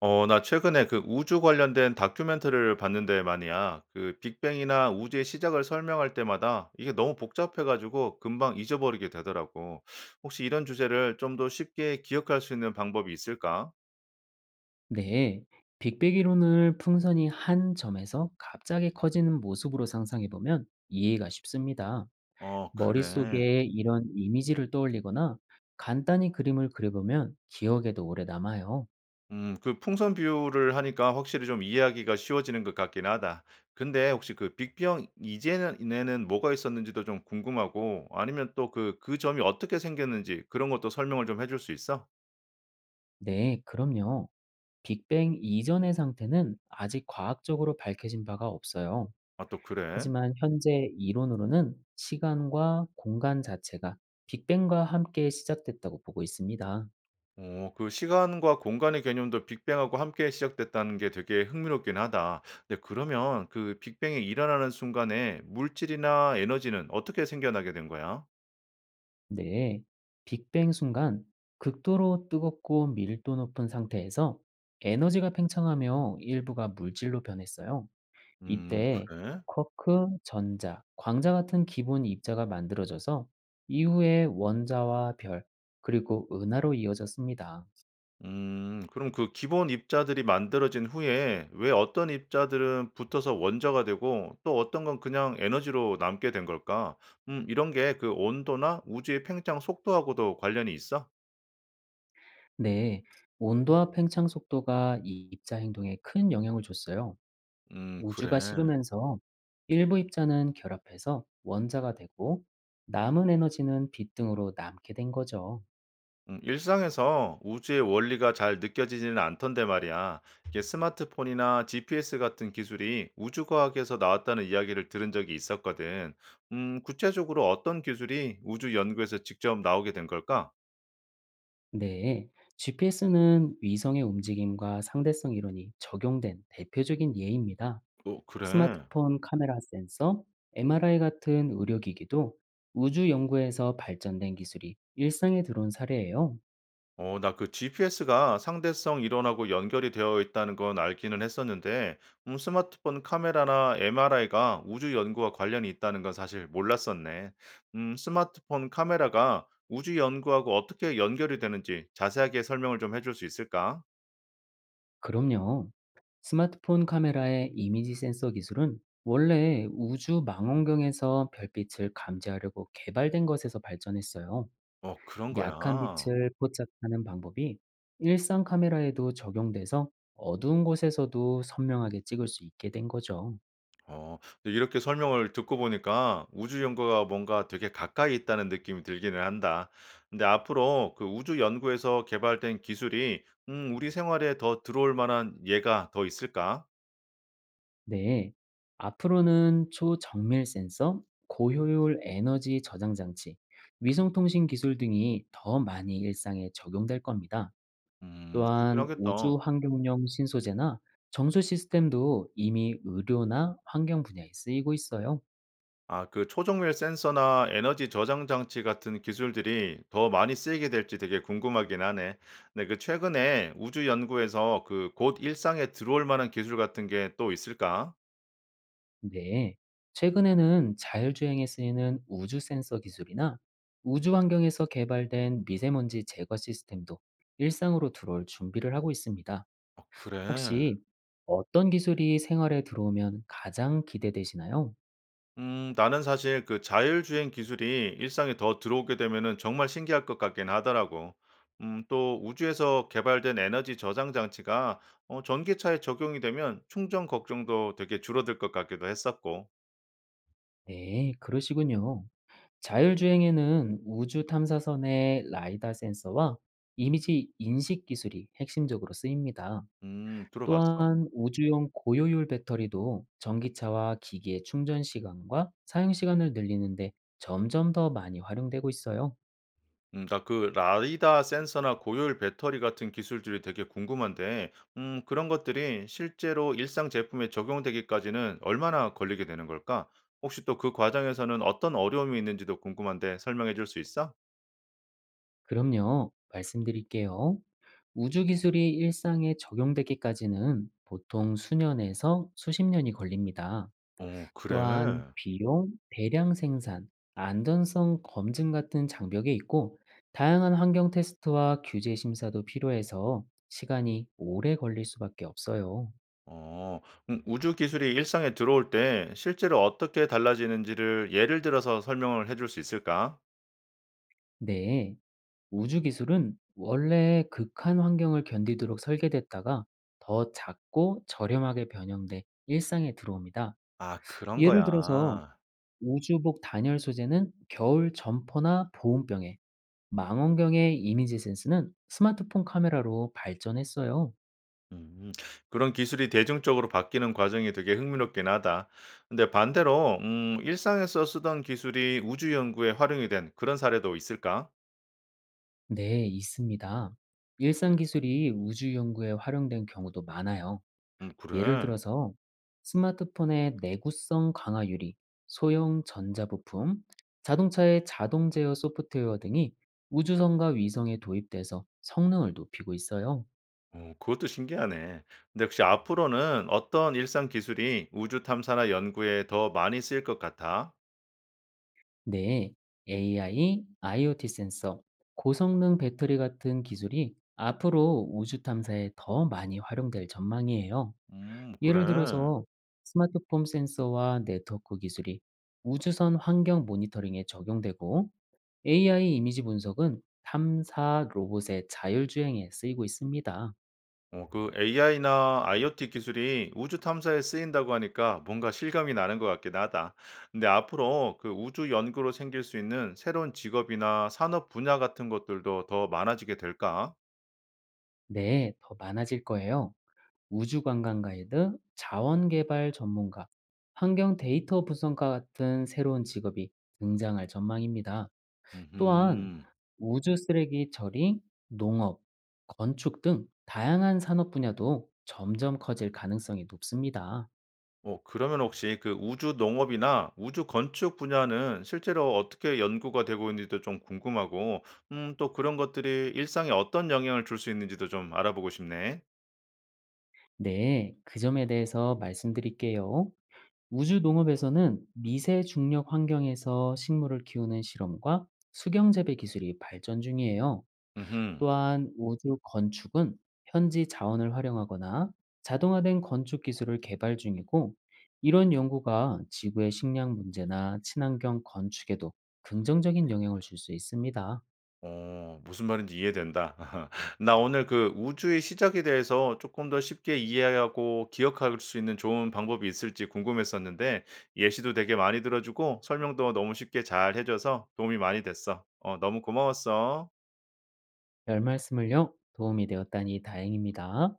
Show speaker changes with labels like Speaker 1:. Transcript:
Speaker 1: 어, 나 최근에 그 우주 관련된 다큐멘터리를 봤는데 말이야. 그 빅뱅이나 우주의 시작을 설명할 때마다 이게 너무 복잡해가지고 금방 잊어버리게 되더라고. 혹시 이런 주제를 좀 더 쉽게 기억할 수 있는 방법이 있을까?
Speaker 2: 네, 빅뱅 이론을 풍선이 한 점에서 갑자기 커지는 모습으로 상상해 보면 이해가 쉽습니다.
Speaker 1: 어, 그래.
Speaker 2: 머릿속에 이런 이미지를 떠올리거나 간단히 그림을 그려보면 기억에도 오래 남아요.
Speaker 1: 그 풍선 비유를 하니까 확실히 좀 이해하기가 쉬워지는 것 같긴 하다. 근데 혹시 그 빅뱅 이전에는 뭐가 있었는지도 좀 궁금하고 아니면 또 그 점이 어떻게 생겼는지 그런 것도 설명을 좀 해줄 수 있어?
Speaker 2: 네, 그럼요. 빅뱅 이전의 상태는 아직 과학적으로 밝혀진 바가 없어요.
Speaker 1: 아, 또 그래?
Speaker 2: 하지만 현재 이론으로는 시간과 공간 자체가 빅뱅과 함께 시작됐다고 보고 있습니다.
Speaker 1: 어, 그 시간과 공간의 개념도 빅뱅하고 함께 시작됐다는 게 되게 흥미롭긴 하다. 근데 그러면 그 빅뱅이 일어나는 순간에 물질이나 에너지는 어떻게 생겨나게 된 거야?
Speaker 2: 네, 빅뱅 순간 극도로 뜨겁고 밀도 높은 상태에서 에너지가 팽창하며 일부가 물질로 변했어요. 이때
Speaker 1: 그래?
Speaker 2: 쿼크, 전자, 광자 같은 기본 입자가 만들어져서 이후에 원자와 별, 그리고 은하로 이어졌습니다.
Speaker 1: 그럼 그 기본 입자들이 만들어진 후에 왜 어떤 입자들은 붙어서 원자가 되고 또 어떤 건 그냥 에너지로 남게 된 걸까? 이런 게 그 온도나 우주의 팽창 속도하고도 관련이 있어?
Speaker 2: 네, 온도와 팽창 속도가 이 입자 행동에 큰 영향을 줬어요. 우주가
Speaker 1: 그래.
Speaker 2: 식으면서 일부 입자는 결합해서 원자가 되고 남은 에너지는 빛 등으로 남게 된 거죠.
Speaker 1: 일상에서 우주의 원리가 잘 느껴지지는 않던데 말이야. 이게 스마트폰이나 GPS 같은 기술이 우주과학에서 나왔다는 이야기를 들은 적이 있었거든. 구체적으로 어떤 기술이 우주 연구에서 직접 나오게 된 걸까?
Speaker 2: 네, GPS는 위성의 움직임과 상대성 이론이 적용된 대표적인 예입니다.
Speaker 1: 어, 그래.
Speaker 2: 스마트폰 카메라 센서, MRI 같은 의료기기도 우주 연구에서 발전된 기술이 일상에 들어온 사례예요.
Speaker 1: 어, 나 그 GPS가 상대성 이론하고 연결이 되어 있다는 건 알기는 했었는데, 스마트폰 카메라나 MRI가 우주 연구와 관련이 있다는 건 사실 몰랐었네. 스마트폰 카메라가 우주 연구하고 어떻게 연결이 되는지 자세하게 설명을 좀 해줄 수 있을까?
Speaker 2: 그럼요. 스마트폰 카메라의 이미지 센서 기술은 원래 우주 망원경에서 별빛을 감지하려고 개발된 것에서 발전했어요.
Speaker 1: 어, 그런
Speaker 2: 약한
Speaker 1: 거야.
Speaker 2: 빛을 포착하는 방법이 일상 카메라에도 적용돼서 어두운 곳에서도 선명하게 찍을 수 있게 된 거죠.
Speaker 1: 어. 근데 이렇게 설명을 듣고 보니까 '우주 연구가 뭔가 되게 가까이 있다는 느낌이 들기는 한다.' 근데 앞으로 그 우주 연구에서 개발된 기술이 우리 생활에 더 들어올 만한 예가 더 있을까?
Speaker 2: 네. 앞으로는 초정밀 센서, 고효율 에너지 저장 장치, 위성통신 기술 등이 더 많이 일상에 적용될 겁니다.
Speaker 1: 음, 그렇긴
Speaker 2: 또한
Speaker 1: 하겠다.
Speaker 2: 우주 환경용 신소재나 정수 시스템도 이미 의료나 환경 분야에 쓰이고 있어요.
Speaker 1: 아, 그 초정밀 센서나 에너지 저장 장치 같은 기술들이 더 많이 쓰이게 될지 되게 궁금하긴 하네. 근데 그 최근에 우주 연구에서 그 곧 일상에 들어올 만한 기술 같은 게 또 있을까?
Speaker 2: 네. 최근에는 자율주행에 쓰이는 우주 센서 기술이나 우주 환경에서 개발된 미세먼지 제거 시스템도 일상으로 들어올 준비를 하고 있습니다.
Speaker 1: 아, 그래.
Speaker 2: 혹시 어떤 기술이 생활에 들어오면 가장 기대되시나요?
Speaker 1: 나는 사실 그 자율주행 기술이 일상에 더 들어오게 되면은 정말 신기할 것 같긴 하더라고. 또 우주에서 개발된 에너지 저장 장치가 어, 전기차에 적용이 되면 충전 걱정도 되게 줄어들 것 같기도 했었고.
Speaker 2: 네, 그러시군요. 자율주행에는 우주 탐사선의 라이다 센서와 이미지 인식 기술이 핵심적으로 쓰입니다.
Speaker 1: 들어봤어.
Speaker 2: 또한 우주용 고효율 배터리도 전기차와 기기의 충전 시간과 사용 시간을 늘리는데 점점 더 많이 활용되고 있어요.
Speaker 1: 나 그 라이다 센서나 고효율 배터리 같은 기술들이 되게 궁금한데, 그런 것들이 실제로 일상 제품에 적용되기까지는 얼마나 걸리게 되는 걸까? 혹시 또 그 과정에서는 어떤 어려움이 있는지도 궁금한데 설명해 줄 수 있어?
Speaker 2: 그럼요, 말씀드릴게요. 우주 기술이 일상에 적용되기까지는 보통 수년에서 수십 년이 걸립니다.
Speaker 1: 어,
Speaker 2: 또한
Speaker 1: 그래?
Speaker 2: 비용, 대량 생산, 안전성 검증 같은 장벽이 있고 다양한 환경 테스트와 규제 심사도 필요해서 시간이 오래 걸릴 수밖에 없어요.
Speaker 1: 어. 음, 우주 기술이 일상에 들어올 때 실제로 어떻게 달라지는지를 예를 들어서 설명을 해줄 수 있을까?
Speaker 2: 네, 우주 기술은 원래 극한 환경을 견디도록 설계됐다가 더 작고 저렴하게 변형돼 일상에 들어옵니다.
Speaker 1: 아, 그런
Speaker 2: 예를
Speaker 1: 거야.
Speaker 2: 들어서 우주복 단열 소재는 겨울 점퍼나 보온병에, 망원경의 이미지 센스는 스마트폰 카메라로 발전했어요.
Speaker 1: 음. 그런 기술이 대중적으로 바뀌는 과정이 되게 흥미롭긴 하다. 근데 반대로 일상에서 쓰던 기술이 우주 연구에 활용이 된 그런 사례도 있을까?
Speaker 2: 네, 있습니다. 일상 기술이 우주 연구에 활용된 경우도 많아요.
Speaker 1: 음,
Speaker 2: 예를
Speaker 1: 그래?
Speaker 2: 들어서 스마트폰의 내구성 강화 유리, 소형 전자부품, 자동차의 자동 제어 소프트웨어 등이 우주선과 위성에 도입돼서 성능을 높이고 있어요.
Speaker 1: 어, 그것도 신기하네. 근데 혹시 앞으로는 어떤 일상 기술이 우주 탐사나 연구에 더 많이 쓰일 것 같아?
Speaker 2: 네, AI, IoT 센서, 고성능 배터리 같은 기술이 앞으로 우주 탐사에 더 많이 활용될 전망이에요. 예를
Speaker 1: 그래.
Speaker 2: 들어서 스마트폰 센서와 네트워크 기술이 우주선 환경 모니터링에 적용되고 AI 이미지 분석은 탐사 로봇의 자율주행에 쓰이고 있습니다.
Speaker 1: 어, 그 AI나 IoT 기술이 우주 탐사에 쓰인다고 하니까 뭔가 실감이 나는 것 같긴 하다. 근데 앞으로 그 우주 연구로 생길 수 있는 새로운 직업이나 산업 분야 같은 것들도 더 많아지게 될까?
Speaker 2: 네, 더 많아질 거예요. 우주관광 가이드, 자원개발 전문가, 환경 데이터 분석가 같은 새로운 직업이 등장할 전망입니다. 또한
Speaker 1: 음.
Speaker 2: 우주 쓰레기 처리, 농업, 건축 등 다양한 산업 분야도 점점 커질 가능성이 높습니다.
Speaker 1: 어, 그러면 혹시 그 우주 농업이나 우주 건축 분야는 실제로 어떻게 연구가 되고 있는지도 좀 궁금하고, 또 그런 것들이 일상에 어떤 영향을 줄 수 있는지도 좀 알아보고 싶네.
Speaker 2: 네, 그 점에 대해서 말씀드릴게요. 우주 농업에서는 미세 중력 환경에서 식물을 키우는 실험과 수경 재배 기술이 발전 중이에요.
Speaker 1: 음.
Speaker 2: 또한 우주 건축은 현지 자원을 활용하거나 자동화된 건축 기술을 개발 중이고, 이런 연구가 지구의 식량 문제나 친환경 건축에도 긍정적인 영향을 줄 수 있습니다.
Speaker 1: 어, 무슨 말인지 이해된다. 나 오늘 그 우주의 시작에 대해서 조금 더 쉽게 이해하고 기억할 수 있는 좋은 방법이 있을지 궁금했었는데 예시도 되게 많이 들어 주고 설명도 너무 쉽게 잘해 줘서 도움이 많이 됐어. 어, 너무 고마웠어.
Speaker 2: 별 말씀을요. 도움이 되었다니 다행입니다.